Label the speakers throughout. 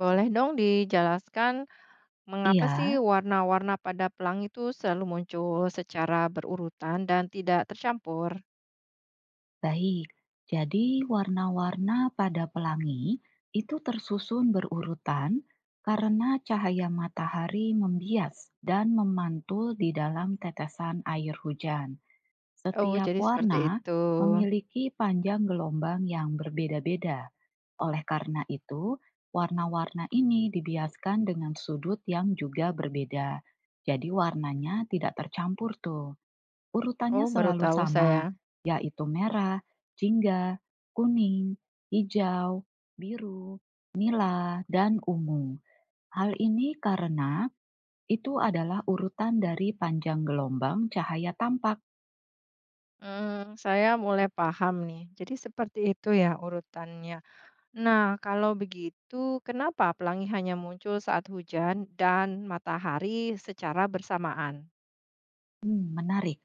Speaker 1: Boleh dong dijelaskan mengapa sih
Speaker 2: Iya,
Speaker 1: warna-warna pada pelangi itu selalu muncul secara berurutan dan tidak tercampur?
Speaker 2: baik. Jadi, warna-warna pada pelangi itu tersusun berurutan karena cahaya matahari membias dan memantul di dalam tetesan air hujan.
Speaker 1: Oh,
Speaker 2: Setiap
Speaker 1: jadi seperti
Speaker 2: warna
Speaker 1: itu.
Speaker 2: memiliki panjang gelombang yang berbeda-beda. Oleh karena itu, warna-warna ini dibiaskan dengan sudut yang juga berbeda. Jadi, warnanya tidak tercampur tuh.
Speaker 1: Oh,
Speaker 2: Urutannya
Speaker 1: baru
Speaker 2: selalu
Speaker 1: tahu
Speaker 2: sama,
Speaker 1: saya.
Speaker 2: yaitu merah, jingga, kuning, hijau, biru, nila, dan ungu. Hal ini karena itu adalah urutan dari panjang gelombang cahaya tampak.
Speaker 1: Hmm, saya mulai paham nih. Jadi seperti itu ya urutannya. Nah, kalau begitu, kenapa pelangi hanya muncul saat hujan dan matahari secara bersamaan?
Speaker 2: Hmm, menarik.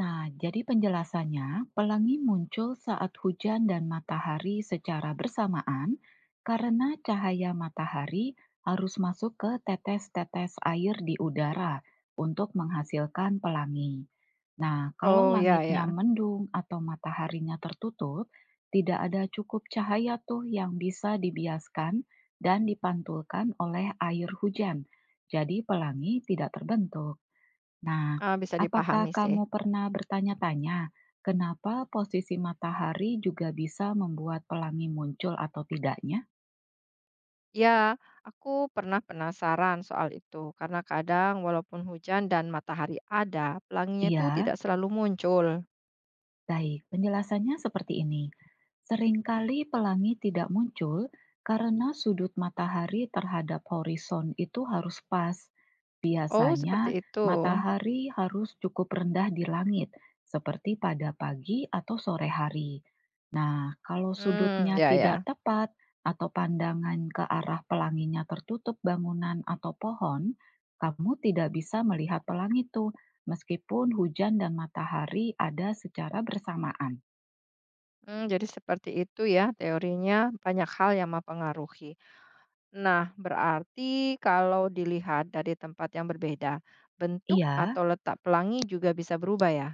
Speaker 2: Nah, jadi penjelasannya, pelangi muncul saat hujan dan matahari secara bersamaan karena cahaya matahari harus masuk ke tetes-tetes air di udara untuk menghasilkan pelangi. Nah, kalau
Speaker 1: Oh, ya
Speaker 2: langitnya
Speaker 1: ya.
Speaker 2: mendung atau mataharinya tertutup, tidak ada cukup cahaya tuh yang bisa dibiaskan dan dipantulkan oleh air hujan. Jadi pelangi tidak terbentuk. Nah,
Speaker 1: Ah, bisa
Speaker 2: apakah
Speaker 1: dipahami sih.
Speaker 2: kamu pernah bertanya-tanya kenapa posisi matahari juga bisa membuat pelangi muncul atau tidaknya?
Speaker 1: Ya, aku pernah penasaran soal itu karena kadang walaupun hujan dan matahari ada, pelanginya itu
Speaker 2: Iya,
Speaker 1: tidak selalu muncul.
Speaker 2: baik, penjelasannya seperti ini. Seringkali pelangi tidak muncul karena sudut matahari terhadap horizon itu harus pas.
Speaker 1: Oh,
Speaker 2: Biasanya
Speaker 1: seperti itu.
Speaker 2: matahari harus cukup rendah di langit, seperti pada pagi atau sore hari. Nah, kalau
Speaker 1: Hmm,
Speaker 2: sudutnya
Speaker 1: ya
Speaker 2: tidak
Speaker 1: ya.
Speaker 2: tepat atau pandangan ke arah pelanginya tertutup bangunan atau pohon, kamu tidak bisa melihat pelangi itu. Meskipun hujan dan matahari ada secara bersamaan.
Speaker 1: Hmm, jadi seperti itu ya teorinya, banyak hal yang mempengaruhi. Nah, berarti kalau dilihat dari tempat yang berbeda, bentuk
Speaker 2: Iya.
Speaker 1: atau letak pelangi juga bisa berubah ya.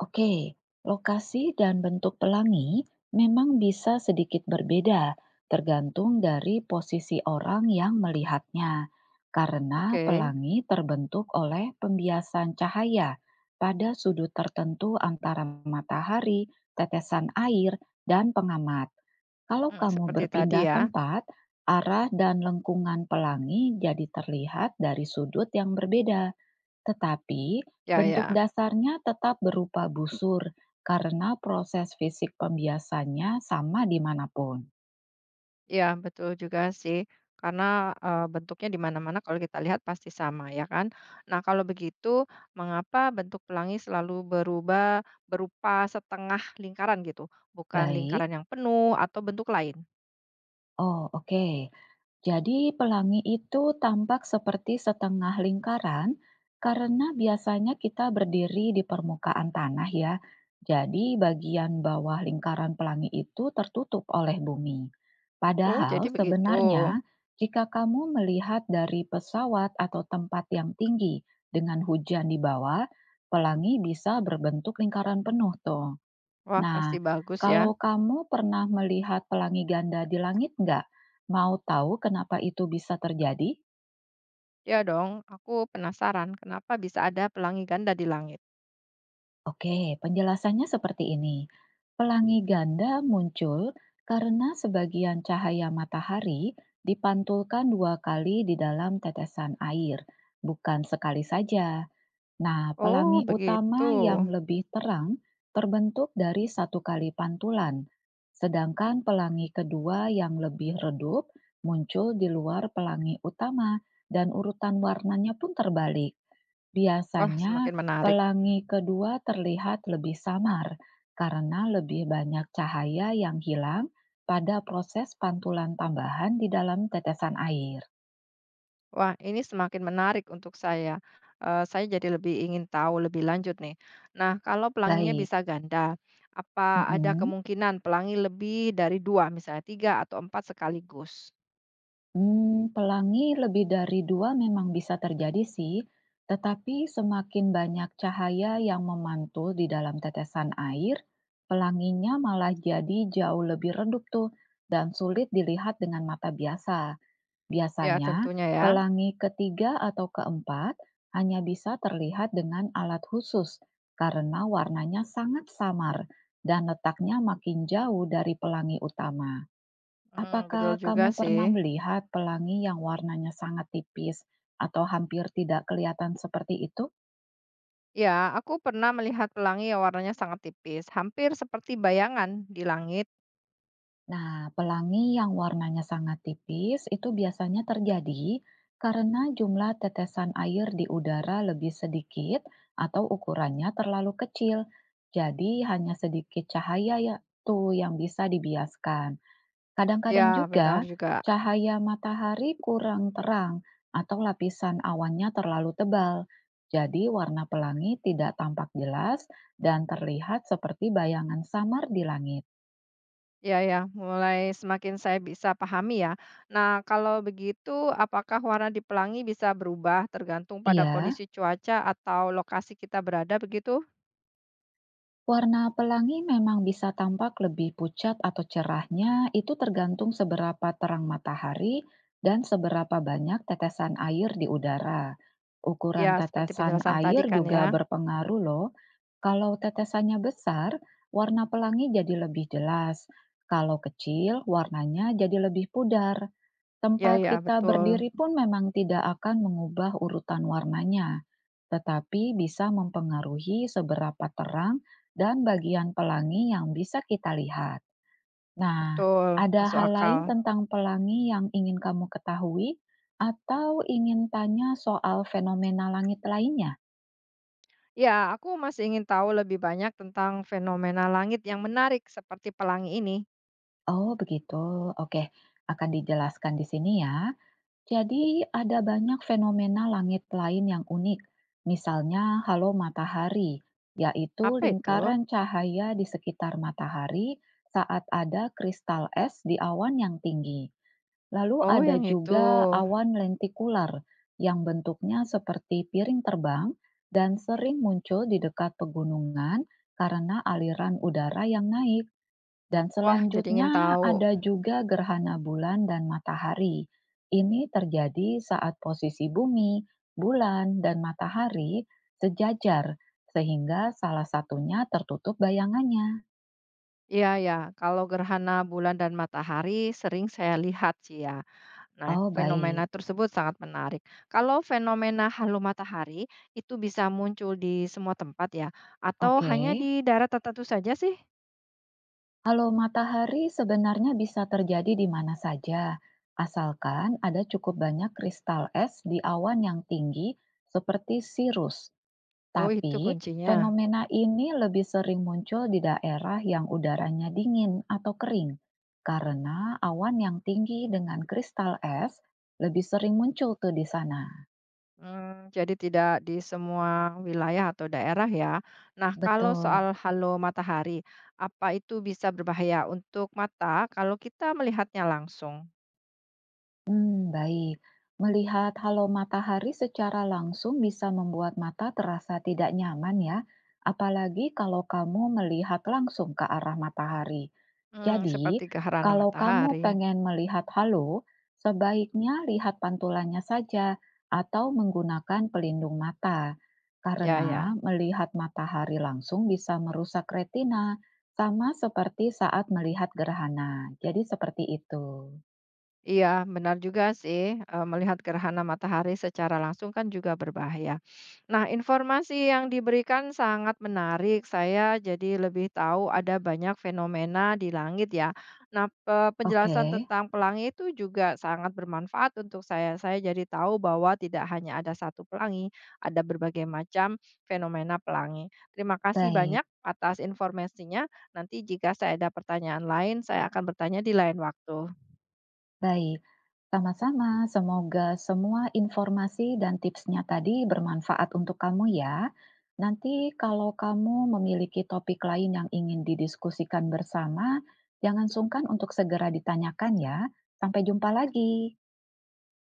Speaker 2: Oke, lokasi dan bentuk pelangi memang bisa sedikit berbeda tergantung dari posisi orang yang melihatnya, karena
Speaker 1: Oke.
Speaker 2: pelangi terbentuk oleh pembiasan cahaya pada sudut tertentu antara matahari, tetesan air, dan pengamat. Kalau
Speaker 1: Hmm,
Speaker 2: kamu
Speaker 1: seperti tadi
Speaker 2: berpindah
Speaker 1: ya.
Speaker 2: tempat, arah dan lengkungan pelangi jadi terlihat dari sudut yang berbeda. Tetapi,
Speaker 1: Ya
Speaker 2: bentuk
Speaker 1: ya.
Speaker 2: dasarnya tetap berupa busur karena proses fisik pembiasannya sama dimanapun.
Speaker 1: Iya, betul juga sih. Karena, bentuknya di mana-mana kalau kita lihat pasti sama, ya kan? Nah, kalau begitu, mengapa bentuk pelangi selalu berubah berupa setengah lingkaran gitu, bukan
Speaker 2: Baik,
Speaker 1: lingkaran yang penuh atau bentuk lain?
Speaker 2: oh, oke. Jadi pelangi itu tampak seperti setengah lingkaran karena biasanya kita berdiri di permukaan tanah ya. Jadi bagian bawah lingkaran pelangi itu tertutup oleh bumi.
Speaker 1: Oh, jadi
Speaker 2: Padahal
Speaker 1: begitu.
Speaker 2: sebenarnya jika kamu melihat dari pesawat atau tempat yang tinggi dengan hujan di bawah, pelangi bisa berbentuk lingkaran penuh tuh.
Speaker 1: Wah,
Speaker 2: Nah,
Speaker 1: pasti bagus ya.
Speaker 2: kalau kamu pernah melihat pelangi ganda di langit nggak? Mau tahu kenapa itu bisa terjadi?
Speaker 1: Ya dong, aku penasaran kenapa bisa ada pelangi ganda di langit.
Speaker 2: Oke, penjelasannya seperti ini. Pelangi ganda muncul karena sebagian cahaya matahari dipantulkan dua kali di dalam tetesan air, bukan sekali saja. Nah,
Speaker 1: Oh,
Speaker 2: pelangi utama
Speaker 1: begitu.
Speaker 2: yang lebih terang terbentuk dari satu kali pantulan, sedangkan pelangi kedua yang lebih redup muncul di luar pelangi utama dan urutan warnanya pun terbalik.
Speaker 1: Wah,
Speaker 2: Biasanya,
Speaker 1: semakin menarik.
Speaker 2: pelangi kedua terlihat lebih samar karena lebih banyak cahaya yang hilang pada proses pantulan tambahan di dalam tetesan air.
Speaker 1: Wah, ini semakin menarik untuk saya. Saya jadi lebih ingin tahu lebih lanjut nih. Nah, kalau pelanginya
Speaker 2: Baik.
Speaker 1: bisa ganda, apa ada
Speaker 2: mm-mm.
Speaker 1: kemungkinan pelangi lebih dari 2, misalnya 3 atau 4 sekaligus?
Speaker 2: Pelangi lebih dari 2 memang bisa terjadi sih, tetapi semakin banyak cahaya yang memantul di dalam tetesan air, pelanginya malah jadi jauh lebih redup tuh dan sulit dilihat dengan mata biasa.
Speaker 1: Ya,
Speaker 2: Biasanya,
Speaker 1: tentunya ya.
Speaker 2: pelangi ketiga atau keempat hanya bisa terlihat dengan alat khusus karena warnanya sangat samar dan letaknya makin jauh dari pelangi utama.
Speaker 1: Mmm,
Speaker 2: Apakah
Speaker 1: betul juga
Speaker 2: kamu
Speaker 1: sih.
Speaker 2: pernah melihat pelangi yang warnanya sangat tipis atau hampir tidak kelihatan seperti itu?
Speaker 1: Ya, aku pernah melihat pelangi yang warnanya sangat tipis, hampir seperti bayangan di langit.
Speaker 2: Nah, pelangi yang warnanya sangat tipis itu biasanya terjadi karena jumlah tetesan air di udara lebih sedikit atau ukurannya terlalu kecil. Jadi hanya sedikit cahaya ya tuh yang bisa dibiaskan. Kadang-kadang
Speaker 1: Ya,
Speaker 2: juga
Speaker 1: benar juga.
Speaker 2: cahaya matahari kurang terang atau lapisan awannya terlalu tebal, jadi warna pelangi tidak tampak jelas dan terlihat seperti bayangan samar di langit.
Speaker 1: Ya ya, mulai semakin saya bisa pahami ya. Nah, kalau begitu apakah warna di pelangi bisa berubah tergantung pada
Speaker 2: Iya,
Speaker 1: kondisi cuaca atau lokasi kita berada begitu?
Speaker 2: warna pelangi memang bisa tampak lebih pucat atau cerahnya, itu tergantung seberapa terang matahari dan seberapa banyak tetesan air di udara. Ukuran
Speaker 1: Ya, seperti
Speaker 2: tetesan
Speaker 1: penjelasan tadi
Speaker 2: air
Speaker 1: kan
Speaker 2: juga
Speaker 1: ya.
Speaker 2: berpengaruh loh. Kalau tetesannya besar, warna pelangi jadi lebih jelas. Kalau kecil, warnanya jadi lebih pudar.
Speaker 1: Ya
Speaker 2: Tempat
Speaker 1: ya,
Speaker 2: kita
Speaker 1: betul.
Speaker 2: berdiri pun memang tidak akan mengubah urutan warnanya, tetapi bisa mempengaruhi seberapa terang dan bagian pelangi yang bisa kita lihat. Nah,
Speaker 1: Betul,
Speaker 2: ada
Speaker 1: masuk
Speaker 2: hal lain
Speaker 1: akal.
Speaker 2: tentang pelangi yang ingin kamu ketahui, atau ingin tanya soal fenomena langit lainnya?
Speaker 1: Ya, aku masih ingin tahu lebih banyak tentang fenomena langit yang menarik seperti pelangi ini.
Speaker 2: Oh, begitu. Oke, akan dijelaskan di sini ya. Jadi, ada banyak fenomena langit lain yang unik, misalnya halo matahari, yaitu
Speaker 1: Apa itu?
Speaker 2: lingkaran cahaya di sekitar matahari saat ada kristal es di awan yang tinggi. Lalu,
Speaker 1: Oh,
Speaker 2: ada
Speaker 1: yang itu.
Speaker 2: juga awan lentikular yang bentuknya seperti piring terbang dan sering muncul di dekat pegunungan karena aliran udara yang naik. Dan
Speaker 1: Wah, jadi ingin
Speaker 2: selanjutnya
Speaker 1: tahu.
Speaker 2: ada juga gerhana bulan dan matahari. Ini terjadi saat posisi bumi, bulan, dan matahari sejajar, sehingga salah satunya tertutup bayangannya.
Speaker 1: Iya, ya. Kalau gerhana bulan dan matahari sering saya lihat sih ya. Nah,
Speaker 2: Oh, baik.
Speaker 1: fenomena tersebut sangat menarik. Kalau fenomena halo matahari itu bisa muncul di semua tempat ya, atau
Speaker 2: Oke.
Speaker 1: hanya di daerah tertentu saja sih?
Speaker 2: Halo matahari sebenarnya bisa terjadi di mana saja, asalkan ada cukup banyak kristal es di awan yang tinggi seperti sirus.
Speaker 1: Oh, itu
Speaker 2: Tapi,
Speaker 1: kuncinya.
Speaker 2: fenomena ini lebih sering muncul di daerah yang udaranya dingin atau kering, karena awan yang tinggi dengan kristal es lebih sering muncul tuh di sana.
Speaker 1: Hmm, jadi tidak di semua wilayah atau daerah ya. Nah, kalau
Speaker 2: Betul.
Speaker 1: soal halo matahari, apa itu bisa berbahaya untuk mata kalau kita melihatnya langsung?
Speaker 2: Hmm, baik. Melihat halo matahari secara langsung bisa membuat mata terasa tidak nyaman ya, apalagi kalau kamu melihat langsung ke arah matahari.
Speaker 1: Hmm,
Speaker 2: Jadi,
Speaker 1: seperti gerhana
Speaker 2: kalau kamu
Speaker 1: matahari.
Speaker 2: pengen melihat halo, sebaiknya lihat pantulannya saja atau menggunakan pelindung mata.
Speaker 1: Ya,
Speaker 2: Karena
Speaker 1: ya.
Speaker 2: melihat matahari langsung bisa merusak retina, sama seperti saat melihat gerhana. Jadi seperti itu.
Speaker 1: Iya, benar juga sih, melihat gerhana matahari secara langsung kan juga berbahaya. Nah, informasi yang diberikan sangat menarik. Saya jadi lebih tahu ada banyak fenomena di langit ya. Nah,
Speaker 2: Oke.
Speaker 1: penjelasan tentang pelangi itu juga sangat bermanfaat untuk saya. Saya jadi tahu bahwa tidak hanya ada satu pelangi, ada berbagai macam fenomena pelangi. Terima kasih
Speaker 2: Baik,
Speaker 1: banyak atas informasinya. Nanti jika saya ada pertanyaan lain, saya akan bertanya di lain waktu.
Speaker 2: baik. Sama-sama, semoga semua informasi dan tipsnya tadi bermanfaat untuk kamu ya. Nanti kalau kamu memiliki topik lain yang ingin didiskusikan bersama, jangan sungkan untuk segera ditanyakan ya. Sampai jumpa lagi.